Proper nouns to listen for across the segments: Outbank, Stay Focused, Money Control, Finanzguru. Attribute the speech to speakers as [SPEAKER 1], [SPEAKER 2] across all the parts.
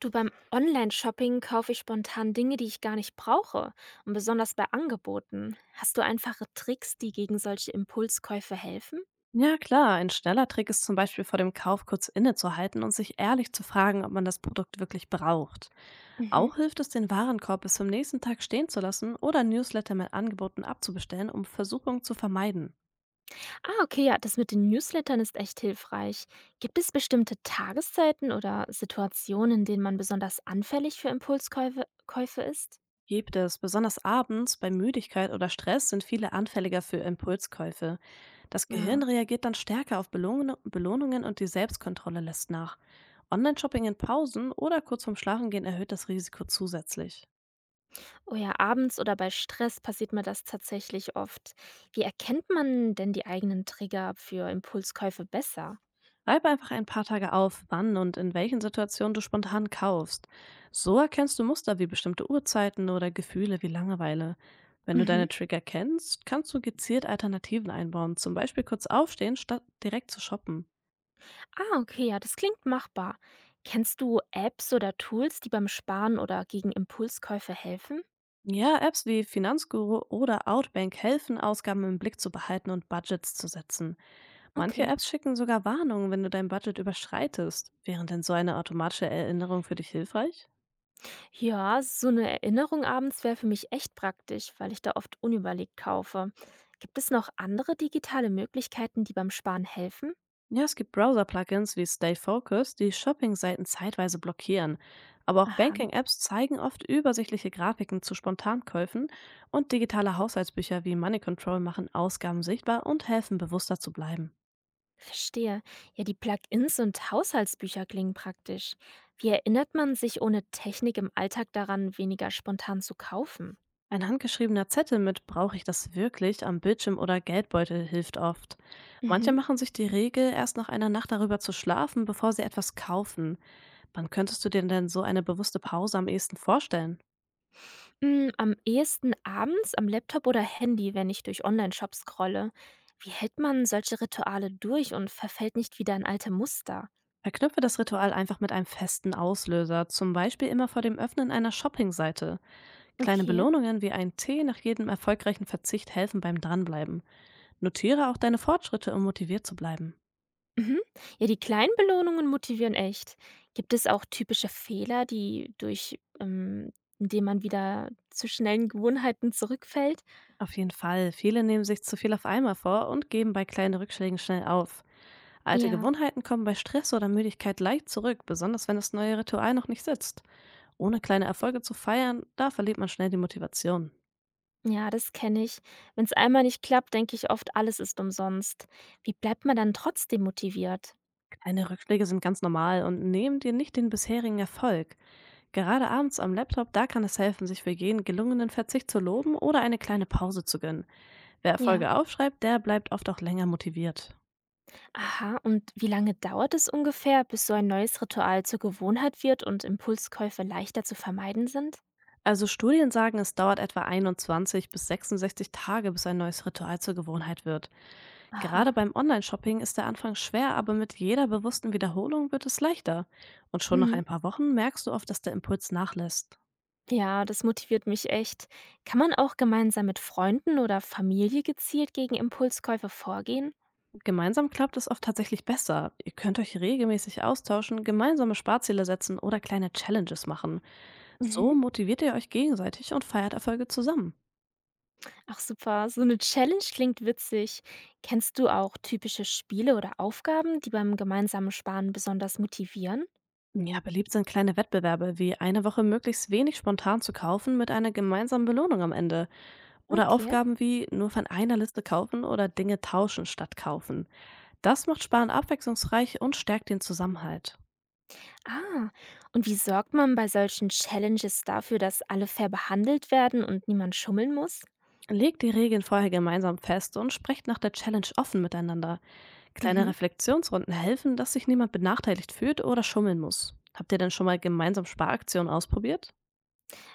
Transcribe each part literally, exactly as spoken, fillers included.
[SPEAKER 1] Du, beim Online-Shopping kaufe ich spontan Dinge, die ich gar nicht brauche und besonders bei Angeboten. Hast du einfache Tricks, die gegen solche Impulskäufe helfen?
[SPEAKER 2] Ja, klar. Ein schneller Trick ist zum Beispiel vor dem Kauf kurz innezuhalten und sich ehrlich zu fragen, ob man das Produkt wirklich braucht.
[SPEAKER 1] Mhm.
[SPEAKER 2] Auch hilft es, den Warenkorb bis zum nächsten Tag stehen zu lassen oder Newsletter mit Angeboten abzubestellen, um Versuchungen zu vermeiden.
[SPEAKER 1] Ah, okay, ja, das mit den Newslettern ist echt hilfreich. Gibt es bestimmte Tageszeiten oder Situationen, in denen man besonders anfällig für Impulskäufe Käufe ist?
[SPEAKER 2] Gibt es, besonders abends, bei Müdigkeit oder Stress sind viele anfälliger für Impulskäufe. Das Gehirn
[SPEAKER 1] Ah.
[SPEAKER 2] reagiert dann stärker auf Belohn- Belohnungen und die Selbstkontrolle lässt nach. Online-Shopping in Pausen oder kurz vorm Schlafengehen erhöht das Risiko zusätzlich.
[SPEAKER 1] Oh ja, abends oder bei Stress passiert mir das tatsächlich oft. Wie erkennt man denn die eigenen Trigger für Impulskäufe besser?
[SPEAKER 2] Schreib einfach ein paar Tage auf, wann und in welchen Situationen du spontan kaufst. So erkennst du Muster wie bestimmte Uhrzeiten oder Gefühle wie Langeweile. Wenn du deine
[SPEAKER 1] Mhm.
[SPEAKER 2] Trigger kennst, kannst du gezielt Alternativen einbauen, zum Beispiel kurz aufstehen, statt direkt zu shoppen.
[SPEAKER 1] Ah, okay, ja, das klingt machbar. Kennst du Apps oder Tools, die beim Sparen oder gegen Impulskäufe helfen?
[SPEAKER 2] Ja, Apps wie Finanzguru oder Outbank helfen, Ausgaben im Blick zu behalten und Budgets zu setzen. Manche
[SPEAKER 1] Okay.
[SPEAKER 2] Apps schicken sogar Warnungen, wenn du dein Budget überschreitest. Wäre denn so eine automatische Erinnerung für dich hilfreich?
[SPEAKER 1] Ja, so eine Erinnerung abends wäre für mich echt praktisch, weil ich da oft unüberlegt kaufe. Gibt es noch andere digitale Möglichkeiten, die beim Sparen helfen?
[SPEAKER 2] Ja, es gibt Browser-Plugins wie Stay Focused, die Shopping-Seiten zeitweise blockieren. Aber auch
[SPEAKER 1] Aha,
[SPEAKER 2] Banking-Apps zeigen oft übersichtliche Grafiken zu Spontankäufen, und digitale Haushaltsbücher wie Money Control machen Ausgaben sichtbar und helfen, bewusster zu bleiben.
[SPEAKER 1] verstehe. Ja, die Plugins und Haushaltsbücher klingen praktisch. Wie erinnert man sich ohne Technik im Alltag daran, weniger spontan zu kaufen?
[SPEAKER 2] Ein handgeschriebener Zettel mit Brauche ich das wirklich am Bildschirm oder Geldbeutel hilft oft. Manche
[SPEAKER 1] Mhm.
[SPEAKER 2] machen sich die Regel, erst nach einer Nacht darüber zu schlafen, bevor sie etwas kaufen. Wann könntest du dir denn so eine bewusste Pause am ehesten vorstellen?
[SPEAKER 1] Hm, am ehesten abends am Laptop oder Handy, wenn ich durch Online-Shops scrolle. Wie hält man solche Rituale durch und verfällt nicht wieder in alte Muster?
[SPEAKER 2] Verknüpfe das Ritual einfach mit einem festen Auslöser, zum Beispiel immer vor dem Öffnen einer Shoppingseite. Kleine
[SPEAKER 1] Okay.
[SPEAKER 2] Belohnungen wie ein Tee nach jedem erfolgreichen Verzicht helfen beim Dranbleiben. Notiere auch deine Fortschritte, um motiviert zu bleiben.
[SPEAKER 1] Mhm. Ja, die kleinen Belohnungen motivieren echt. Gibt es auch typische Fehler, die durch, ähm, indem man wieder zu schnellen Gewohnheiten zurückfällt?
[SPEAKER 2] Auf jeden Fall, viele nehmen sich zu viel auf einmal vor und geben bei kleinen Rückschlägen schnell auf. Alte
[SPEAKER 1] Ja,
[SPEAKER 2] Gewohnheiten kommen bei Stress oder Müdigkeit leicht zurück, besonders wenn das neue Ritual noch nicht sitzt. Ohne kleine Erfolge zu feiern, da verliert man schnell die Motivation.
[SPEAKER 1] ja, das kenne ich. Wenn es einmal nicht klappt, denke ich oft, alles ist umsonst. Wie bleibt man dann trotzdem motiviert?
[SPEAKER 2] Kleine Rückschläge sind ganz normal und nehmen dir nicht den bisherigen Erfolg. Gerade abends am Laptop, da kann es helfen, sich für jeden gelungenen Verzicht zu loben oder eine kleine Pause zu gönnen. Wer
[SPEAKER 1] Ja.
[SPEAKER 2] Erfolge aufschreibt, der bleibt oft auch länger motiviert.
[SPEAKER 1] Aha, und wie lange dauert es ungefähr, bis so ein neues Ritual zur Gewohnheit wird und Impulskäufe leichter zu vermeiden sind?
[SPEAKER 2] Also Studien sagen, es dauert etwa einundzwanzig bis sechsundsechzig Tage, bis ein neues Ritual zur Gewohnheit wird. Gerade
[SPEAKER 1] Aha.
[SPEAKER 2] beim Online-Shopping ist der Anfang schwer, aber mit jeder bewussten Wiederholung wird es leichter. Und schon nach
[SPEAKER 1] Mhm.
[SPEAKER 2] ein paar Wochen merkst du oft, dass der Impuls nachlässt.
[SPEAKER 1] Ja, das motiviert mich echt. Kann man auch gemeinsam mit Freunden oder Familie gezielt gegen Impulskäufe vorgehen?
[SPEAKER 2] Gemeinsam klappt es oft tatsächlich besser. Ihr könnt euch regelmäßig austauschen, gemeinsame Sparziele setzen oder kleine Challenges machen. So
[SPEAKER 1] Mhm.
[SPEAKER 2] motiviert ihr euch gegenseitig und feiert Erfolge zusammen.
[SPEAKER 1] Ach super, so eine Challenge klingt witzig. Kennst du auch typische Spiele oder Aufgaben, die beim gemeinsamen Sparen besonders motivieren?
[SPEAKER 2] Ja, beliebt sind kleine Wettbewerbe wie eine Woche möglichst wenig spontan zu kaufen mit einer gemeinsamen Belohnung am Ende. Oder
[SPEAKER 1] Okay.
[SPEAKER 2] Aufgaben wie nur von einer Liste kaufen oder Dinge tauschen statt kaufen. Das macht Sparen abwechslungsreich und stärkt den Zusammenhalt.
[SPEAKER 1] Ah, und wie sorgt man bei solchen Challenges dafür, dass alle fair behandelt werden und niemand schummeln muss?
[SPEAKER 2] Legt die Regeln vorher gemeinsam fest und sprecht nach der Challenge offen miteinander. Kleine
[SPEAKER 1] Mhm.
[SPEAKER 2] Reflexionsrunden helfen, dass sich niemand benachteiligt fühlt oder schummeln muss. Habt ihr denn schon mal gemeinsam Sparaktionen ausprobiert?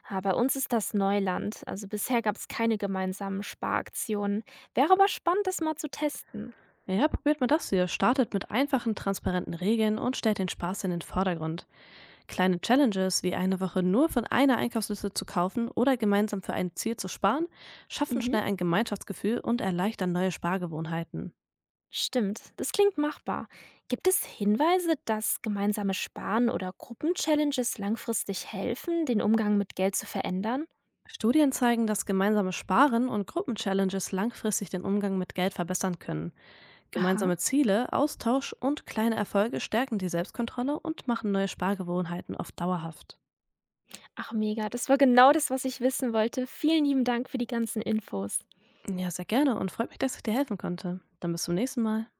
[SPEAKER 1] Ah, bei uns ist das Neuland. Also bisher gab es keine gemeinsamen Sparaktionen. Wäre aber spannend, das mal zu testen.
[SPEAKER 2] Ja, probiert mal das hier. Startet mit einfachen, transparenten Regeln und stellt den Spaß in den Vordergrund. Kleine Challenges wie eine Woche nur von einer Einkaufsliste zu kaufen oder gemeinsam für ein Ziel zu sparen, schaffen
[SPEAKER 1] Mhm.
[SPEAKER 2] schnell ein Gemeinschaftsgefühl und erleichtern neue Spargewohnheiten.
[SPEAKER 1] Stimmt, das klingt machbar. Gibt es Hinweise, dass gemeinsame Sparen oder Gruppenchallenges langfristig helfen, den Umgang mit Geld zu verändern?
[SPEAKER 2] Studien zeigen, dass gemeinsames Sparen und Gruppenchallenges langfristig den Umgang mit Geld verbessern können.
[SPEAKER 1] Aha.
[SPEAKER 2] Gemeinsame Ziele, Austausch und kleine Erfolge stärken die Selbstkontrolle und machen neue Spargewohnheiten oft dauerhaft.
[SPEAKER 1] Ach mega, das war genau das, was ich wissen wollte. Vielen lieben Dank für die ganzen Infos.
[SPEAKER 2] Ja, sehr gerne und freut mich, dass ich dir helfen konnte. Dann bis zum nächsten Mal.